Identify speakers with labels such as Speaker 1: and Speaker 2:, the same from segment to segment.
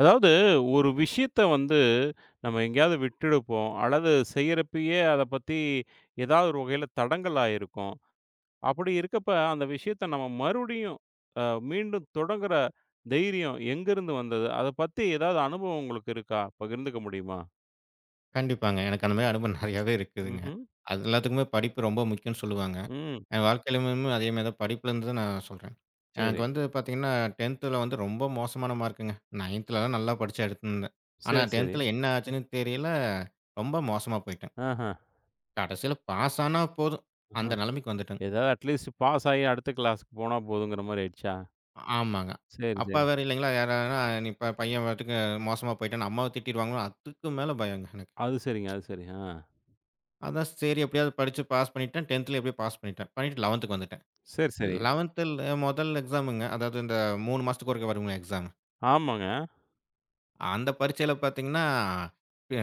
Speaker 1: அதாவது ஒரு விஷயத்த வந்து நம்ம எங்கேயாவது விட்டுடுப்போம். அல்லது செய்யறப்பயே அத பத்தி ஏதாவது ஒரு வகையில தடங்கலா இருக்கும். அப்படி இருக்கப்ப அந்த விஷயத்த நம்ம மறுபடியும் அ மீண்டும் தொடங்குற தைரியம் எங்கருந்து வந்தது? அத பத்தி ஏதாவது அனுபவம் உங்களுக்கு இருக்கா? பகிர்ந்துக்க முடியுமா?
Speaker 2: கண்டிப்பாங்க. எனக்கு அந்த மாரி அனுபவம் நெறையாவே இருக்குதுங்க.
Speaker 1: ம்ஹ்ம்.
Speaker 2: அது எல்லாத்துக்குமே படிப்பு ரொம்ப முக்கியம்னு சொல்லுவாங்க.
Speaker 1: ம்.
Speaker 2: என் வாழ்க்கையிலுமே அதே மாரி தான் படிப்புலேருந்து தான் நான் சொல்றேன். எனக்கு
Speaker 1: சரி.
Speaker 2: வந்து பார்த்தீங்கன்னா, 10த்ல வந்து ரொம்ப மோசமான மார்க்குங்க. 9த்லலாம் நல்லா படிச்சு எடுத்திருந்தேன். ஆனா
Speaker 1: சரி, சரி.
Speaker 2: 10த்ல என்ன ஆச்சுன்னு தெரியல, ரொம்ப மோசமா போயிட்டேன்.
Speaker 1: ஆஹ.
Speaker 2: கடைசியில பாஸ் ஆனா போதும்,
Speaker 1: அஹ.
Speaker 2: அந்த நிலைமைக்கு வந்துட்டேங்க.
Speaker 1: ஏதாவது அட்லீஸ்ட் பாஸ் ஆகி அடுத்த கிளாஸ்க்கு போனா போதுங்கிற மாரி ஆயிடுச்சா?
Speaker 2: ஆமாங்க.
Speaker 1: சரி, சரி.
Speaker 2: அப்பா வேற இல்லைங்களா, யாரானா "நீ பையன் பாட்டுக்கு மோசமா போயிட்டான்னு" அம்மாவ திட்டிடுவாங்களோ, அதுக்கு மேல பயங்க எனக்கு.
Speaker 1: அது சரிங்க, அது சரி. ஆ.
Speaker 2: அதான் சரி எப்படியாவது படிச்சு பாஸ் பண்ணிட்டேன். 10த்ல எப்படியோ பாஸ் பண்ணிட்டேன். பண்ணிட்டு 11க்கு வந்துட்டேன்.
Speaker 1: சரி, சரி.
Speaker 2: லெவன்த்ல முதல் எக்ஸாமுங்க. அதாவது இந்த 3 மாசத்துக்கு ஒருக்க வருங்க எக்ஸாம்.
Speaker 1: ஆமாங்க.
Speaker 2: அந்த பரீட்சையில பார்த்தீங்கன்னா, அ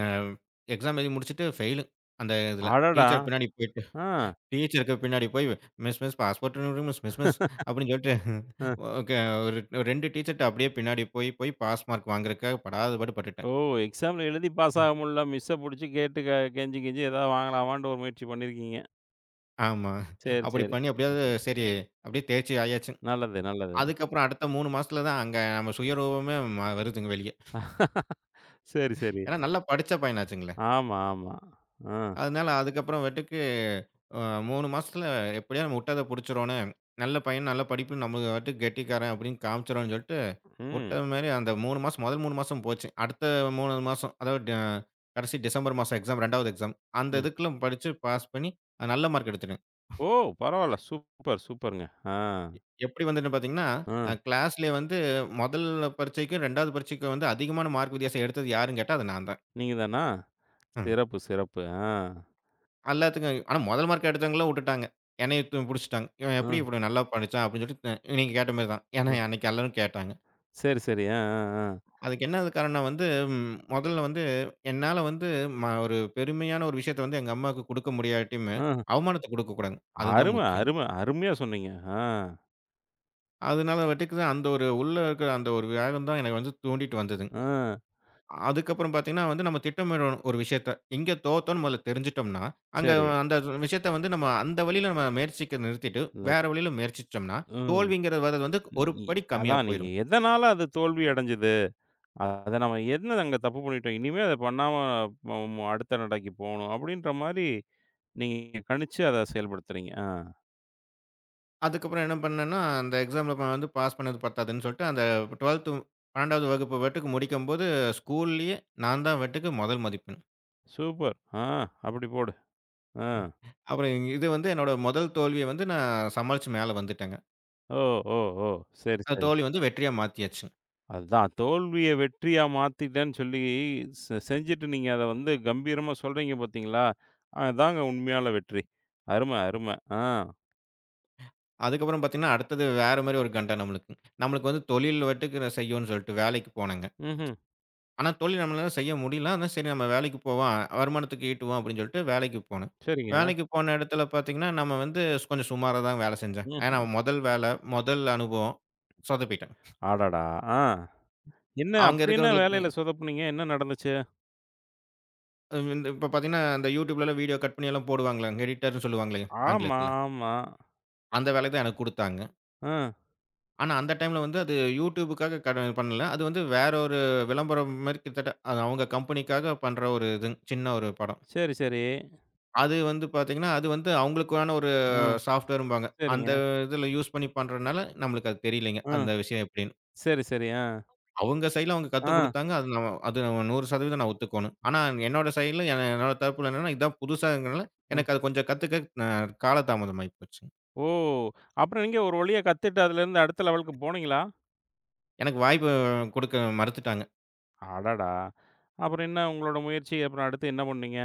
Speaker 2: எக்ஸாம் எழுதி முடிச்சுட்டு ஃபெயிலு. அந்த இதுல.
Speaker 1: அடடா!
Speaker 2: டீச்சர் பின்னாடி போயிட்டு
Speaker 1: ஆ.
Speaker 2: டீச்சருக்கு பின்னாடி போய் miss miss passport remove miss miss miss அப்படின்னு சொல்லிட்டு ஓகே ஒரு 2 டீச்சர்ட்ட அப்படியே பின்னாடி போய் போய் பாஸ் மார்க் வாங்குறதுக்காக படாத பாடு
Speaker 1: ஓ!
Speaker 2: பட்டுட்டேன்.
Speaker 1: எக்ஸாம்ல எழுதி பாஸ்
Speaker 2: ம்.
Speaker 1: ஆக முடில. மிஸ்ஸ புடிச்சு கேட்டு கெஞ்சி கிஞ்சி ஏதாவது வாங்கலாமான்ட்டு ஒரு முயற்சி பண்ணியிருக்கீங்க.
Speaker 2: ஆமா.
Speaker 1: சரி,
Speaker 2: அப்படி
Speaker 1: சரி.
Speaker 2: பண்ணி எப்படியாவது சரி அப்படியே தேர்ச்சி ஆயாச்சு.
Speaker 1: நல்லது, நல்லது.
Speaker 2: அதுக்கப்புறம் அடுத்த 3 மாசத்துல தான் அங்க நம்ம சுயரூபமே வருதுங்க வெளிய.
Speaker 1: சரி, சரி.
Speaker 2: ஏன்னா நல்லா படிச்ச பையனாச்சுங்களே!
Speaker 1: ஆமா, ஆமா. ஆ.
Speaker 2: அதனால அதுக்கப்புறமேட்டுக்கு அ 3 மாசத்துல எப்படியோ நம்ம விட்டத புடிச்சிரோன்னு, நல்ல பையன், நல்ல படிப்பு நம்மளுக்கு பாட்டுக்கு கெட்டிக்காரன் அப்படின்னு காமிச்சிரோன்னு சொல்லிட்டு,
Speaker 1: ம்.
Speaker 2: விட்ட மாரி அந்த 3 மாசம் முதல் 3 மாசம் போச்சு. அடுத்த 3 மாசம் அதாவது கடைசி டிசம்பர் மாசம் எக்ஸாம் 2வது எக்ஸாம். அந்த
Speaker 1: ம்.
Speaker 2: இதுக்குள்ள படிச்சு பாஸ் பண்ணி நல்ல மார்க் எடுத்துட்டேன்.
Speaker 1: ஓ! பரவால்ல. சூப்பர், சூப்பருங்க. ஆ.
Speaker 2: எப்படி வந்துன்னு பார்த்தீங்கன்னா,
Speaker 1: ஆ.
Speaker 2: கிளாஸ்லயே வந்து முதல் பரீட்சைக்கும் 2வது பரீட்சைக்கும் வந்து அதிகமான மார்க் வித்தியாசம் எடுத்தது யாருன்னு கேட்டா அது நான்
Speaker 1: நீங்க தானா?
Speaker 2: தான்.
Speaker 1: சிறப்பு, சிறப்பு. ஆ.
Speaker 2: எல்லாத்துக்கும் ஆனா முதல் மார்க் எடுத்தவங்கலாம் வுட்டுட்டாங்க. என்னைய தூக்கி புடிச்சுட்டாங்க. இவன்
Speaker 1: ஆ.
Speaker 2: எப்படி இவ்வளோ நல்லா படிச்சான் அப்படின்னு சொல்லிட்டு நீங்க கேட்ட மாரி தான்.
Speaker 1: ஆ.
Speaker 2: ஏன்னா அன்னைக்கு எல்லாரும் கேட்டாங்க.
Speaker 1: சரி, சரி. ஆ, ஆ, ஆ.
Speaker 2: அதுக்கு என்ன காரணம்னா வந்து முதல்ல வந்து என்னால வந்து ஒரு பெருமையான ஒரு விஷயத்த வந்து எங்க அம்மாவுக்கு குடுக்க முடியாட்டியுமே,
Speaker 1: ஆ.
Speaker 2: அவமானத்த குடுக்கக்கூடாதுங்க. அதுதான்
Speaker 1: அரும,
Speaker 2: முக்கியம்.
Speaker 1: அரும. அருமையா சொன்னீங்க. ஆ.
Speaker 2: அதனால வட்டிக்கு தான் அந்த ஒரு உள்ள இருக்கிற அந்த ஒரு வேகம் தான் எனக்கு வந்து தூண்டிட்டு வந்ததுங்க.
Speaker 1: ஆ.
Speaker 2: அதுக்கப்புறம் பார்த்தீங்கன்னா வந்து நம்ம திட்டமிடணும் ஒரு விஷயத்த. எங்க தோத்தோம்ன்னு முதல்ல தெரிஞ்சுட்டோம்னா, அங்க
Speaker 1: சரி.
Speaker 2: அந்த விஷயத்த வந்து நம்ம அந்த வழியில நம்ம முயற்சிக்க நிறுத்திட்டு,
Speaker 1: இந்த
Speaker 2: வேற வழியில முயற்சிச்சோம்னா,
Speaker 1: ம்.
Speaker 2: தோல்விங்கிறது வரது வந்து
Speaker 1: ம்.
Speaker 2: ஒரு படி கம்மியா
Speaker 1: அதான் நீங்க
Speaker 2: போயிரும்.
Speaker 1: எதனால அது தோல்வி அடைஞ்சது? அத நம்ம என்ன அங்க தப்பு பண்ணிட்டோம். இனிமே அத பண்ணாம ம மு அடுத்த நடைக்கு போணும். அப்படின்ற மாரி நீங்க கணிச்சு அத செயல்படுத்துறீங்க. ஆ.
Speaker 2: அதுக்கப்புறம் என்ன பண்ணேன்னா, அந்த எக்ஸாம்ல வந்து பாஸ் பண்ணது பத்தாதுன்னு சொல்லிட்டு, அந்த 12த் 12வது வகுப்பு வட்டுக்கு முடிக்கும்போது ஸ்கூல்லயே நான் தான் வட்டுக்கு முதல் மதிப்பெண்.
Speaker 1: சூப்பர். ஆ அப்படி போடு. ஆ.
Speaker 2: ம். அப்புறம் இது வந்து என்னோட முதல் தோல்விய வந்து நான் சமாளிச்சு மேல வந்துட்டேங்க.
Speaker 1: ஓ! ஓ! ஓ! சரி,
Speaker 2: அந்த
Speaker 1: சரி.
Speaker 2: தோல்வி வந்து வெற்றியா மாத்தியாச்சு.
Speaker 1: அதுதான் தோல்விய வெற்றியா மாத்திட்டேன்னு சொல்லி செஞ்சுட்டு நீங்க அத வந்து கம்பீரமா சொல்றீங்க பார்த்தீங்களா? அதாங்க உண்மையான வெற்றி. அரும, அரும. ஆ.
Speaker 2: அதுக்கப்புறம் பார்த்தீங்கன்னா, அடுத்தது வேற மாரி ஒரு கண்டம் நம்மளுக்கு. நம்மளுக்கு வந்து தொழில் வட்டுக்கு நான் செய்யோன்னு சொல்லிட்டு வேலைக்கு போனேங்க.
Speaker 1: ம்ஹ்ம்.
Speaker 2: ஆனா, தொழில் நம்மளால செய்ய முடியல. ஆனா, சரி நம்ம வேலைக்கு போவோம். வருமானத்துக்கு ஈட்டுவோம் அப்படின்னு சொல்லிட்டு வேலைக்கு போனேன்.
Speaker 1: சரிங்க.
Speaker 2: வேலைக்கு போன இடத்துல பார்த்தீங்கன்னா, நம்ம வந்து கொஞ்சம் சுமாரா தான் வேலை செஞ்சேன். ஏன்னா,
Speaker 1: ம்ஹ்ம்.
Speaker 2: முதல் வேலை, முதல் அனுபவம். சொதப்பிட்டேன்.
Speaker 1: அடடா! ஆ. என்ன
Speaker 2: அங்க
Speaker 1: அப்படி என்ன
Speaker 2: இருக்கிறவங்களுக்கு
Speaker 1: வேலையில சொதப்புனீங்க? என்ன நடந்துச்சு?
Speaker 2: இந்த இப்ப பார்த்தீங்கன்னா, அந்த YouTubeலலாம் வீடியோ கட் பண்ணி எல்லாம் போடுவாங்கல்ல. எடிட்டர்ன்னு சொல்லுவாங்களே
Speaker 1: ஆமா,
Speaker 2: ஆங்கிலத்தில.
Speaker 1: ஆமா.
Speaker 2: அந்த வேலை தான் எனக்கு குடுத்தாங்க.
Speaker 1: ஆ.
Speaker 2: ஆனா, அந்த டைம்ல வந்து அது யூடியூபுக்காக கட பண்ணல. அது வந்து வேற ஒரு விளம்பரம் மாரி கிட்டத்தட்ட அது அவங்க கம்பெனிக்காக பண்ற ஒரு இது. சின்ன ஒரு படம்.
Speaker 1: சரி, சரி.
Speaker 2: அது வந்து பார்த்தீங்கன்னா, அது வந்து அவங்களுக்கான ஒரு
Speaker 1: ம்.
Speaker 2: சாஃப்ட்வேர்ம்பாங்க.
Speaker 1: சரிங்க.
Speaker 2: அந்த இதில யூஸ் பண்ணி பண்றனால நம்மளுக்கு அது தெரியலைங்க.
Speaker 1: ம்.
Speaker 2: அந்த விஷயம் எப்படின்னு.
Speaker 1: சரி, சரி. ஆ.
Speaker 2: அவங்க சைட்ல அவங்க கத்துக்
Speaker 1: ஆ.
Speaker 2: குடுத்தாங்க. அது நம்ம அது 100% நான் ஒத்துக்கோணும். ஆனா, என்னோட சைட்ல என்னோட தரப்புல என்னன்னா, இதான் புதுசாங்கிறனால
Speaker 1: ம்.
Speaker 2: எனக்கு அது கொஞ்சம் கத்துக்க அ காலதாமதம் ஆயி போச்சுங்க.
Speaker 1: ஓ! அப்புறம் நீங்க ஒரு வழியா கத்துட்டு அதுலேருந்து அடுத்த லெவலுக்கு போனீங்களா?
Speaker 2: எனக்கு வாய்ப்பு குடுக்க மறுத்துட்டாங்க.
Speaker 1: அடடா! அப்புறம் என்ன உங்களோட முயற்சி? அப்புறம் அடுத்து என்ன பண்ணீங்க?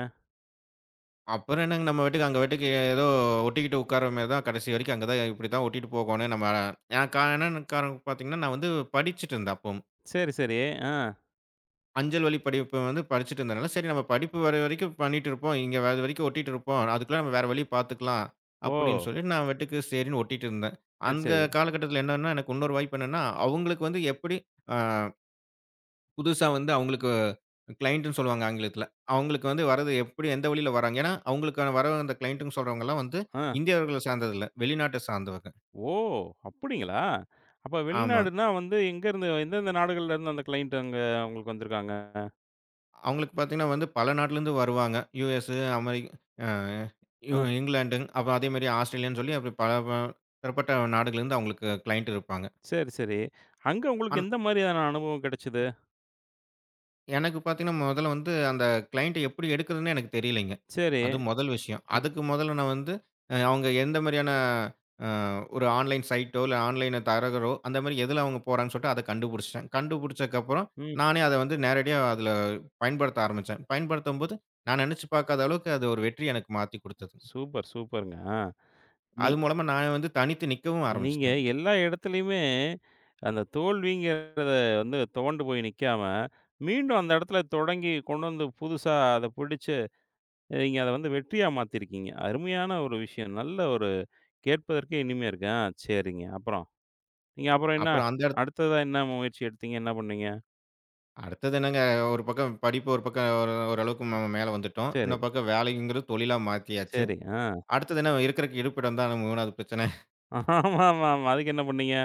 Speaker 2: அப்புறம் என்னங்க நம்ம பாட்டுக்கு அங்க பாட்டுக்கு ஏதோ ஒட்டிக்கிட்டு உட்கார்ற மாரி தான் கடைசி வரைக்கும் அங்க தான் இப்படி தான் ஒட்டிட்டு போகணும். நான் என்னன்னு காரணம் பார்த்தீங்கன்னா, நான் வந்து படிச்சுட்டு இருந்தேன் அப்பவும்.
Speaker 1: சரி, சரி. ஆ.
Speaker 2: அஞ்சல் வழி படிப்பு வந்து படிச்சுட்டு இருந்தனால, சரி நம்ம படிப்பு வர வரைக்கும் பண்ணிட்டு இருப்போம். இங்க வர வரைக்கும் ஒட்டிட்டு இருப்போம். அதுக்குள்ள நம்ம வேற வழி பார்த்துக்கலாம்.
Speaker 1: ஓ!
Speaker 2: அப்படின்னு சொல்லி நான் பாட்டுக்கு சரின்னு ஒட்டிட்டு இருந்தேன்.
Speaker 1: சரி,
Speaker 2: அந்த
Speaker 1: சரி.
Speaker 2: காலகட்டத்தில என்னன்னா, எனக்கு இன்னொரு வாய்ப்பு என்னன்னா, அவங்களுக்கு வந்து எப்படி ஆ புதுசா வந்து அவங்களுக்கு கிளையண்ட்ன்னு சொல்லுவாங்க ஆங்கிலத்தில. அவங்களுக்கு வந்து வரது எப்படி எந்த வழியில வராங்க. ஏன்னா, அவங்களுக்கான வர அந்த கிளையண்ட்ன்னு சொல்றவங்கலாம் வந்து
Speaker 1: ஆ.
Speaker 2: இந்தியர்களை சார்ந்தது இல்ல. வெளிநாட்ட சார்ந்தவங்க.
Speaker 1: ஓ! அப்படிங்களா? அப்ப
Speaker 2: ஆமாங்க.
Speaker 1: வெளிநாடுன்னா வந்து எங்கேருந்து எந்தெந்த நாடுகள்லேருந்து அந்த கிளையண்ட் அங்க உங்களுக்கு வந்திருக்காங்க?
Speaker 2: அவங்களுக்கு பார்த்தீங்கன்னா வந்து பல நாட்டிலேருந்து வருவாங்க. யுஎஸ், அமெரி அ யு
Speaker 1: அ.
Speaker 2: இங்கிலாந்து, அப்புறம் அதேமாரி ஆஸ்திரேலியான்னு சொல்லி அப்படி பல பிறப்பட்ட நாடுகள்லேருந்து அவங்களுக்கு கிளையண்ட் இருப்பாங்க.
Speaker 1: சரி, சரி. அங்க உங்களுக்கு
Speaker 2: ஆன்
Speaker 1: எந்த மாரியான அனுபவம் கிடைச்சது?
Speaker 2: எனக்கு பார்த்தீங்கன்னா, முதல்ல வந்து அந்த கிளையன்ட்ட எப்படி எடுக்குறதுன்னே எனக்கு தெரியலைங்க.
Speaker 1: சரி.
Speaker 2: அது முதல் விஷயம்.
Speaker 1: அ,
Speaker 2: அதுக்கு முதல்ல நான் வந்து அவங்க எந்த மாரியான அ ஒரு ஆன்லைன் சைட்டோ, இல்ல ஆன்லைன் தரகரோ அந்த மாரி எதுல அவங்க போறாங்கன்னு சொல்லிட்டு அத கண்டுபிடிச்சுட்டேன். கண்டுபிடிச்சதுக்கப்புறம்
Speaker 1: ம்.
Speaker 2: நானே அத வந்து நேரடியா அதுல பயன்படுத்த ஆரம்பிச்சேன். பயன்படுத்தும்போது நான் நெனச்சு பார்க்காத அளவுக்கு அது ஒரு வெற்றி எனக்கு மாத்தி குடுத்தது.
Speaker 1: சூப்பர், சூப்பருங்க. ஆ. நீ
Speaker 2: அது மூலமா நான் வந்து தனித்து நிக்கவும்
Speaker 1: நீங்க
Speaker 2: ஆரம்பிச்சுட்டேன்.
Speaker 1: எல்லா இடத்துலயுமே அந்த தோல்விங்கிறத வந்து துவண்டு போய் நிக்காம, மீண்டும் அந்த இடத்துல தொடங்கி கொண்டு வந்து புதுசா அத பிடிச்சு, நீங்க அத வந்து வெற்றியா மாத்திருக்கீங்க. அருமையான ஒரு விஷயம். நல்ல ஒரு கேட்பதற்கே இனிமையா இருக்கு. ஆ, சரிங்க. அப்புறம்? நீங்க அப்புறம் என்ன?
Speaker 2: அப்புறம் அந்த இடத்
Speaker 1: அடுத்ததா என்ன முயற்சி எடுத்தீங்க? என்ன பண்ணீங்க?
Speaker 2: அடுத்தது என்னங்க ஒரு பக்கம் படிப்பு ஒரு பக்கம் ஒரு ஓரளவுக்கு மேல வந்துட்டோம்.
Speaker 1: சரி,
Speaker 2: இன்னொரு பக்கம் வேலைங்கிறது தொழிலா மாத்தியாச்சு.
Speaker 1: சரி. ஆ.
Speaker 2: அடுத்தது என்ன இருக்கிறக்கு இருப்பிடம் தான் நம்ம 3வது பிரச்சனை.
Speaker 1: ஆமாமாமா. அதுக்கு என்ன பண்ணீங்க?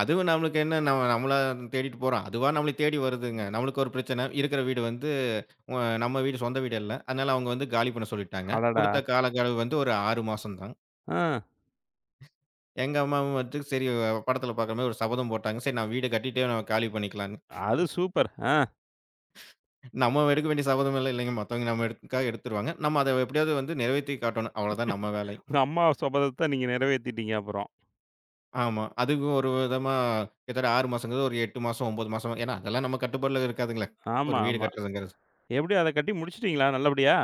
Speaker 2: அதுவும் நம்மளுக்கு என்ன நம்ம நம்மளா தேடிட்டு போறோம். அதுவா நம்மள தேடி வருதுங்க. நம்மளுக்கு ஒரு பிரச்சனை. இருக்கிற வீடு வந்து அ நம்ம வீடு சொந்த வீடு இல்ல. அதனால அவங்க வந்து காலி பண்ண சொல்லிட்டாங்க.
Speaker 1: அடடா!
Speaker 2: குடுத்த காலக்கெழவு வந்து ஒரு 6 மாசம் தான்.
Speaker 1: ஆ.
Speaker 2: எங்க அம்மாவும் வந்து சரி படத்துல பாக்குற மாரி ஒரு சபதம் போட்டாங்க. சரி நான் வீடு கட்டிட்டே நம்ம காலி பண்ணிக்கலான்னு.
Speaker 1: அது சூப்பர். ஆ.
Speaker 2: நம்ம எடுக்க வேண்டிய சபதம் எல்லாம் இல்லைங்க. மத்தவங்க நம்ம எடுக்க எடுத்துருவாங்க. நம்ம அத எப்படியாவது வந்து நிறைவேத்தி காட்டணும். அவ்வளோதான் நம்ம வேலை.
Speaker 1: உங்க அம்மா சபதத்த நீங்க நிறைவேத்திட்டீங்க அப்புறம்.
Speaker 2: ஆமா. அதுக்கு ஒரு விதமா கிட்டத்தட்ட 6 மாசங்கிறது ஒரு 8 மாசம், 9 மாசம். ஏன்னா, அதெல்லாம் நம்ம கட்டுப்பாட்ல இருக்காதுங்களே.
Speaker 1: ஆமா,
Speaker 2: ஒரு வீடு
Speaker 1: ஆமா.
Speaker 2: கட்டுறதுங்கிறது.
Speaker 1: எப்படி அத கட்டி முடிச்சுட்டீங்களா நல்லபடியா?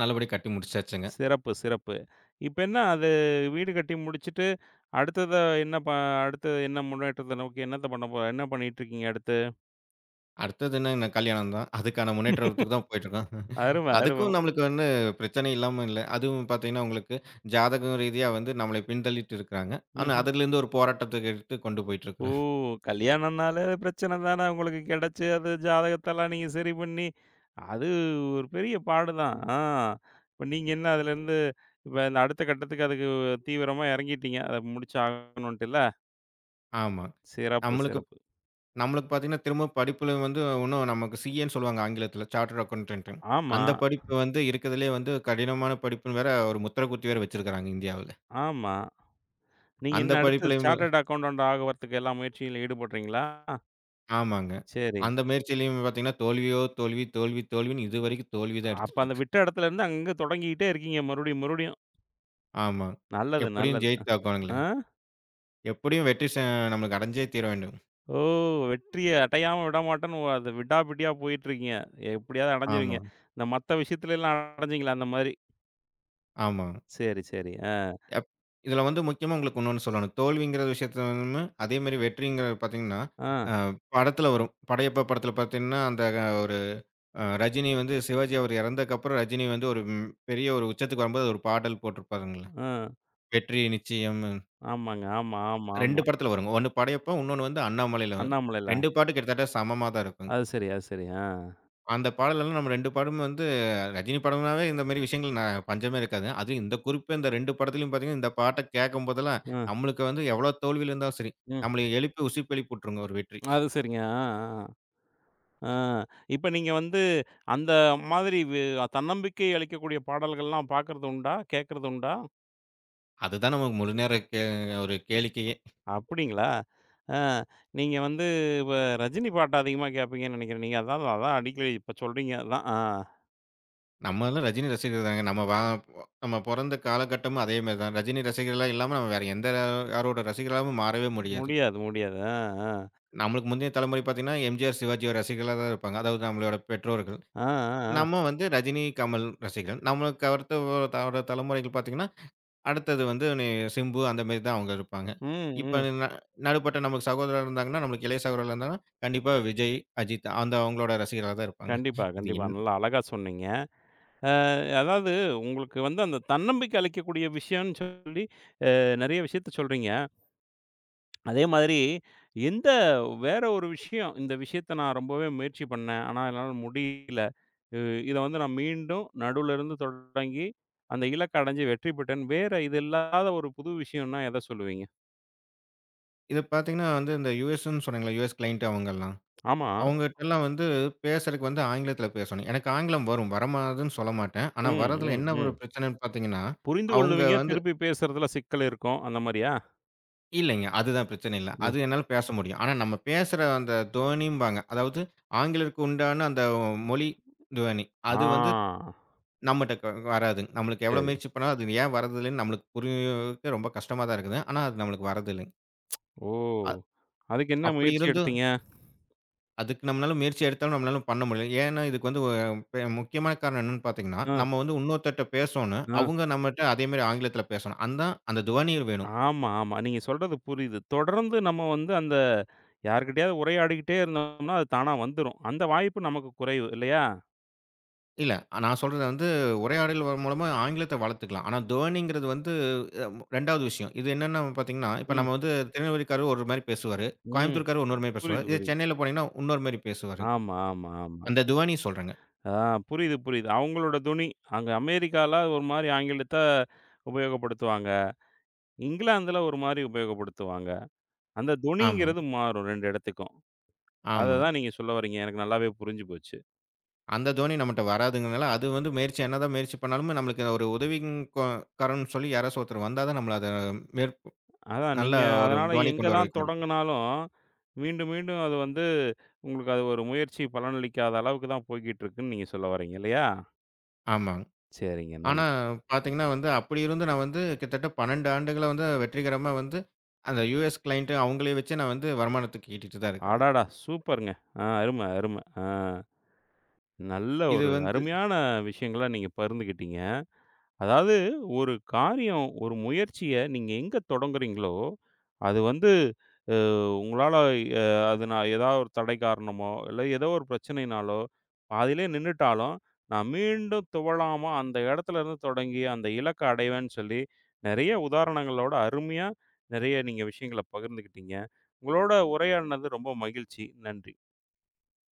Speaker 2: நல்லபடியா கட்டி முடிச்சாச்சுங்க.
Speaker 1: சிறப்பு, சிறப்பு. இப்ப என்ன அது வீடு கட்டி முடிச்சுட்டு, அடுத்தத என்ன ப அடுத்து என்ன முன்னேற்றத்த நோக்கி என்ன பண்ணிட்டு இருக்கீங்க அடுத்து?
Speaker 2: அடுத்தது என்ன என்ன கல்யாணம் தான். அதுக்கான முன்னேற்றத்துக்கு தான் போயிட்டுருக்கோம்.
Speaker 1: அரும, அரும.
Speaker 2: அதுக்கும் நம்மளுக்கு வந்து பிரச்சனை இல்லாம இல்ல. அதுவும் பார்த்தீங்கன்னா, உங்களுக்கு ஜாதகம் ரீதியா வந்து நம்மளை பின்தள்ளிட்டு இருக்கிறாங்க. ஆனா,
Speaker 1: ம்ஹ்ம்.
Speaker 2: அதிலிருந்து ஒரு போராட்டத்துக்கு எடுத்து கொண்டு
Speaker 1: ஓ!
Speaker 2: போயிட்டுருக்கிறேன்.
Speaker 1: கல்யாணம்னாலே பிரச்சனை தானே உங்களுக்கு கிடைச்சு, அது ஜாதகத்தெல்லாம் நீங்க சரி பண்ணி, அது ஒரு பெரிய பாடு தான். ஆ இப்ப நீங்க என்ன அதுலேருந்து இப்ப இந்த அடுத்த கட்டத்துக்கு அதுக்கு தீவிரமா இறங்கிட்டீங்க. அத முடிச்சாகணுன்ட்டுல்ல?
Speaker 2: ஆமா.
Speaker 1: சிறப்பு,
Speaker 2: நம்மளுக்கு
Speaker 1: சிறப்பு.
Speaker 2: நம்மளுக்கு பார்த்தீங்கன்னா, திரும்ப படிப்புல வந்து இன்னும் நமக்கு சிஏன்னு சொல்லுவாங்க ஆங்கிலத்தில. சார்ட்டர்ட் அக்கவுண்டன்ட்டுன்னு.
Speaker 1: ஆமா,
Speaker 2: அந்த படிப்பு வந்து இருக்கிறதுலயே வந்து கடினமான படிப்புன்னு வேற ஒரு முத்திர குத்தி வேற வச்சிருக்கிறாங்க இந்தியாவுல.
Speaker 1: ஆமா. நீங்க
Speaker 2: அந்த
Speaker 1: என்ன அடுத்து
Speaker 2: படிப்புலயும்
Speaker 1: சார்ட்டர்ட் அக்கவுண்டன்ட் ஆகுறதுக்கு எல்லா முயற்சியிலும் ஈடுபடுறீங்களா?
Speaker 2: ஆமாங்க.
Speaker 1: சரி.
Speaker 2: அந்த முயற்சியிலயும் பார்த்தீங்கன்னா, தோல்வியோ தோல்வி, தோல்வி, தோல்வின்னு இதுவரைக்கும் தோல்வி தான்
Speaker 1: அப்ப
Speaker 2: எடுத்துட்டு
Speaker 1: அந்த
Speaker 2: இருக்கு.
Speaker 1: விட்ட இடத்துலேருந்து அங்க தொடங்கிக்கிட்டே இருக்கீங்க மறுபடியும், மறுபடியும்.
Speaker 2: ஆமா.
Speaker 1: நல்லது,
Speaker 2: எப்படியும்
Speaker 1: நல்லது. அ. ஆ.
Speaker 2: ஜெயித்தாகணுங்களே. எப்படியும் வெற்றி ச நம்மளுக்கு அடைஞ்சே தீர வேண்டும்.
Speaker 1: ஓ! வெற்றிய அடையாம விடமாட்டேன்னு அத விடாப்பிடியா போயிட்டுருக்கீங்க. எப்படியாவது
Speaker 2: ஆமா,
Speaker 1: அடைஞ்சிருவீங்க. இந்த மத்த விஷயத்துலலாம் அடைஞ்சீங்களா அந்த மாரி?
Speaker 2: ஆமா.
Speaker 1: சரி, சரி. ஆ,
Speaker 2: அப் இதில வந்து முக்கியமா உங்களுக்கு இன்னொன்னு சொல்லணும். தோல்விங்கிற விஷயத்தில வந்து அதே மாரி வெற்றிங்கிறது பார்த்தீங்கன்னா,
Speaker 1: ஆ,
Speaker 2: அ படத்தில வரும். படையப்பா படத்தில பார்த்தீங்கன்னா, அந்த ஒரு ரஜினி வந்து சிவாஜி அவர் இறந்ததுக்கப்புறம் ரஜினி வந்து ஒரு பெரிய ஒரு உச்சத்துக்கு வரும்போது ஒரு பாடல் போட்டிருப்பாருங்களா?
Speaker 1: ஆ.
Speaker 2: வெற்றி நிச்சயம்
Speaker 1: ஆமாங்க. ஆமா, ஆமா,
Speaker 2: 2
Speaker 1: ஆமா.
Speaker 2: படத்தில வருங்க. ஒண்ணு படையப்பா, இன்னொன்னு வந்து அண்ணாமலையில.
Speaker 1: அண்ணாமலைல.
Speaker 2: 2 பாட்டும் கிட்டத்தட்ட சமமா தான் இருக்குங்க.
Speaker 1: அது சரி, அது சரி. ஆ,
Speaker 2: அந்த பாடலெல்லாம் நம்ம 2 படமும் வந்து ரஜினி படம்னாவே இந்த மாரி விஷயங்கள் நான் பஞ்சமே இருக்காது. அதுவும் இந்த குறிப்பா இந்த 2 படத்துலயும் பார்த்தீங்கன்னா, இந்த பாட்ட கேட்கும்போதெல்லாம்,
Speaker 1: ம்,
Speaker 2: நம்மளுக்கு வந்து எவ்வளோ தோல்வியில இருந்தாலும் சரி,
Speaker 1: ம்.
Speaker 2: நம்மள எழுப்பி உசுப்பி எழுப்பி விட்டுருங்க ஒரு வெற்றி.
Speaker 1: அது சரிங்க. ஆ, ஆ, ஆ. இப்ப நீங்க வந்து அந்த மாதிரி தன்னம்பிக்கை அளிக்கக்கூடிய பாடல்கள்லாம் பார்க்கறது உண்டா? கேட்கறது உண்டா?
Speaker 2: அதுதான் நமக்கு முழு நேர கே ஒரு கேளிக்கையே.
Speaker 1: அப்படிங்களா? ஆ நீங்க வந்து இப்ப ரஜினி பாட்டு அதிகமா கேட்பீங்கன்னு நெனைக்கிறேன். நீங்க அதான் அதான் அடிக்கடி இப்ப சொல்றீங்க அதான். ஆ
Speaker 2: நம்மலாம் ரஜினி ரசிகர் தாங்க. நம்ம பொறந்த காலகட்டமும் அதே மாரி தான். ரஜினி ரசிகர்களா இல்லாம நம்ம வேற எந்த யாரோட ரசிகர்களாவும் மாறவே முடியாது.
Speaker 1: முடியாது, முடியாது. ஆ, ஆ.
Speaker 2: நம்மளுக்கு முந்தைய தலைமுறை பார்த்தீங்கன்னா, எம்ஜிஆர், சிவாஜியோட ரசிகர்களா தான் இருப்பாங்க. அதாவது நம்மளோட பெற்றோர்கள்.
Speaker 1: ஆ, ஆ, ஆ.
Speaker 2: நம்ம வந்து ரஜினி, கமல் ரசிகர்கள். நம்மளுக்கு அடுத்த ஒரு தலைமுறைகள் பார்த்தீங்கன்னா, அடுத்தது வந்து சிம்பு அந்த மாரி தான் அவங்க இருப்பாங்க.
Speaker 1: ம்,
Speaker 2: இப்ப
Speaker 1: ம்.
Speaker 2: ந நடுப்பட்ட நமக்கு சகோதரர் இருந்தாங்கன்னா, நம்மளுக்கு இளைய சகோதரர் இருந்தாங்கன்னா, கண்டிப்பா விஜய், அஜித் அந்த அவங்களோட ரசிகரா தான் இருப்பாங்க.
Speaker 1: கண்டிப்பா,
Speaker 2: இது
Speaker 1: கண்டிப்பா.
Speaker 2: என்
Speaker 1: நல்லா அழகா சொன்னீங்க. அதாவது உங்களுக்கு வந்து அந்த தன்னம்பிக்கை அளிக்கக்கூடிய விஷயம்ன்னு சொல்லி நெறைய விஷயத்த சொல்றீங்க. அதே மாதிரி எந்த வேற ஒரு விஷயம், இந்த விஷயத்த நான் ரொம்பவே முயற்சி பண்ணேன். ஆனா என்னால முடியல. இ இத வந்து நான் மீண்டும் நடுவுல இருந்து தொடங்கி, அந்த இலக்க அடைஞ்சு வெற்றி பெற்றேன். வேற இது இல்லாத ஒரு புது விஷயம்னா எத சொல்லுவீங்க?
Speaker 2: இது பார்த்தீங்கன்னா வந்து இந்த யுஎஸ்ன்னு சொன்னீங்கள்ல, யுஎஸ் கிளையன்ட் அவங்கலாம்.
Speaker 1: ஆமா.
Speaker 2: அவங்ககிட்டலாம் வந்து பேசுறதுக்கு வந்து ஆங்கிலத்தில பேசணும். எனக்கு ஆங்கிலம் வரும். வரமாதுன்னு சொல்ல மாட்டேன். ஆனா
Speaker 1: ம்,
Speaker 2: வரதுல
Speaker 1: ம்,
Speaker 2: என்ன ஒரு
Speaker 1: ம்.
Speaker 2: பிரச்சனைன்னு பார்த்தீங்கன்னா,
Speaker 1: புரிந்து
Speaker 2: அவங்க
Speaker 1: கொள்ளுவீங்க.
Speaker 2: வந்து
Speaker 1: திருப்பி பேசுறதுல சிக்கல் இருக்கும். அந்த மாரியா?
Speaker 2: இல்லைங்க. அதுதான் பிரச்சனை இல்ல.
Speaker 1: ம்.
Speaker 2: அது என்னால பேச முடியும். ஆனா நம்ம பேசுற அந்த தொனிம்பாங்க. அதாவது ஆங்கிலருக்கு உண்டான அந்த மொழி தொனி. அது வந்து
Speaker 1: ஆ.
Speaker 2: நம்மட்ட க வராதுங்க. நம்மளுக்கு எவ்வளோ
Speaker 1: சரி.
Speaker 2: முயற்சி பண்ணாலும் அது ஏன் வரதில்லன்னு நம்மளுக்கு புரியறதுக்கு ரொம்ப கஷ்டமா தான் இருக்குது. ஆனா அது நம்மளுக்கு வரதில்லைங்க.
Speaker 1: ஓ!
Speaker 2: அ
Speaker 1: அதுக்கு என்ன
Speaker 2: அப்படி
Speaker 1: முயற்சி
Speaker 2: இருந்தும்
Speaker 1: எடுத்தீங்க?
Speaker 2: அதுக்கு நம்மளால முயற்சி எடுத்தாலும் நம்மளால பண்ண முடியல. ஏன்னா இதுக்கு வந்து ஒரு முக்கியமான காரணம் என்னன்னு பார்த்தீங்கன்னா,
Speaker 1: அ,
Speaker 2: நம்ம வந்து இன்னொருத்தர்ட்ட பேசோணும்.
Speaker 1: அ.
Speaker 2: அவங்க நம்மட்ட அதே மாரி ஆங்கிலத்தில பேசணும். அந்தான் அந்த தொனி வேணும்.
Speaker 1: ஆமா, ஆமா. நீங்க சொல்றது புரியுது. தொடர்ந்து நம்ம வந்து அந்த யார்கிட்டயாவது உரையாடிக்கிட்டே இருந்தோம்னா, அது தானா வந்துரும். அந்த வாய்ப்பு நமக்கு குறைவு இல்லையா?
Speaker 2: இல்ல. நான் சொல்றது வந்து உரையாடல் மூலமா ஆங்கிலத்த வளர்த்துக்கலாம். ஆனா டர்னிங்கிறது வந்து அ 2வது விஷயம். இது என்னன்னு பார்த்தீங்கன்னா, இப்ப
Speaker 1: ம்,
Speaker 2: நம்ம வந்து திருநெல்வேலிக்காரர் ஒரு மாரி பேசுவாரு.
Speaker 1: ம்.
Speaker 2: கோயம்புத்தூர்க்காரர் இன்னொரு மாரி பேசுவாரு.
Speaker 1: புரியுது,
Speaker 2: இதே
Speaker 1: புரியுது.
Speaker 2: சென்னையில போனீங்கன்னா, இன்னொரு மாரி பேசுவாரு.
Speaker 1: ஆமா, ஆமா, ஆமா.
Speaker 2: அந்த துவனி சொல்றேங்க.
Speaker 1: ஆ புரியுது, புரியுது. அவங்களோட துணி. அங்க அமெரிக்கால ஒரு மாரி ஆங்கிலத்த உபயோகப்படுத்துவாங்க. இங்கிலாந்துல ஒரு மாரி உபயோகப்படுத்துவாங்க. அந்த
Speaker 2: ஆமா,
Speaker 1: துணிங்கிறது மாறும் 2 இடத்துக்கும். அத
Speaker 2: ஆமா.
Speaker 1: தான் நீங்க சொல்ல வர்றீங்க. எனக்கு நல்லாவே புரிஞ்சு போச்சு.
Speaker 2: அந்த துவனி நம்மட்ட வராதுங்கிறதுனால, அது வந்து முயற்சி என்னதான் முயற்சி பண்ணாலுமே நம்மளுக்கு ஒரு உதவிங் கொ காரன்னு சொல்லி யாராச்சும் ஒருத்தர் வந்தா தான் நம்மள அத மேற்
Speaker 1: அதான்
Speaker 2: நல்ல
Speaker 1: நீங்க
Speaker 2: ஒரு
Speaker 1: அதனால
Speaker 2: துவனி
Speaker 1: எங்க
Speaker 2: கொண்டு வர
Speaker 1: தான்
Speaker 2: வைக்க முடியும்.
Speaker 1: தொடங்குனாலும், மீண்டும் மீண்டும் அது வந்து உங்களுக்கு அது ஒரு முயற்சி பலனளிக்காத அளவுக்கு தான் போய்க்கிட்டு இருக்குன்னு நீங்க சொல்ல வர்றீங்க இல்லையா?
Speaker 2: ஆமா.
Speaker 1: சரிங்க.
Speaker 2: ஆனா பார்த்தீங்கன்னா வந்து, அப்படி இருந்தும் நான் வந்து கிட்டத்தட்ட 12 ஆண்டுகளா வந்து வெற்றிகரமா வந்து, அந்த யுஎஸ் கிளையன்ட் அவங்களே வச்சே நான் வந்து வருமானத்துக்கு ஈட்டிட்டு தான் இருக்கிறேன்.
Speaker 1: அடடா! சூப்பருங்க. ஆ அரும, அரும. ஆ நல்ல
Speaker 2: இது
Speaker 1: ஒரு
Speaker 2: வந்து
Speaker 1: அருமையான விஷயங்கள நீங்க பகிர்ந்துக்கிட்டீங்க. அதாவது ஒரு காரியம், ஒரு முயற்சிய நீங்க எங்க தொடங்குறீங்களோ, அது வந்து அ உங்களால அ அது நான் ஏதாவது ஒரு தடை காரணமோ, இல்ல ஏதோ ஒரு பிரச்சனையினாலோ, பாதியிலே நின்னுட்டாலும், நான் மீண்டும் துவழாம அந்த இடத்துலருந்து தொடங்கி, அந்த இலக்க அடைவேன்னு சொல்லி, நெறைய உதாரணங்களோட அருமையா, நெறைய நீங்க விஷயங்கள பகிர்ந்துக்கிட்டீங்க. உங்களோட உரையாடினது ரொம்ப மகிழ்ச்சி. நன்றி.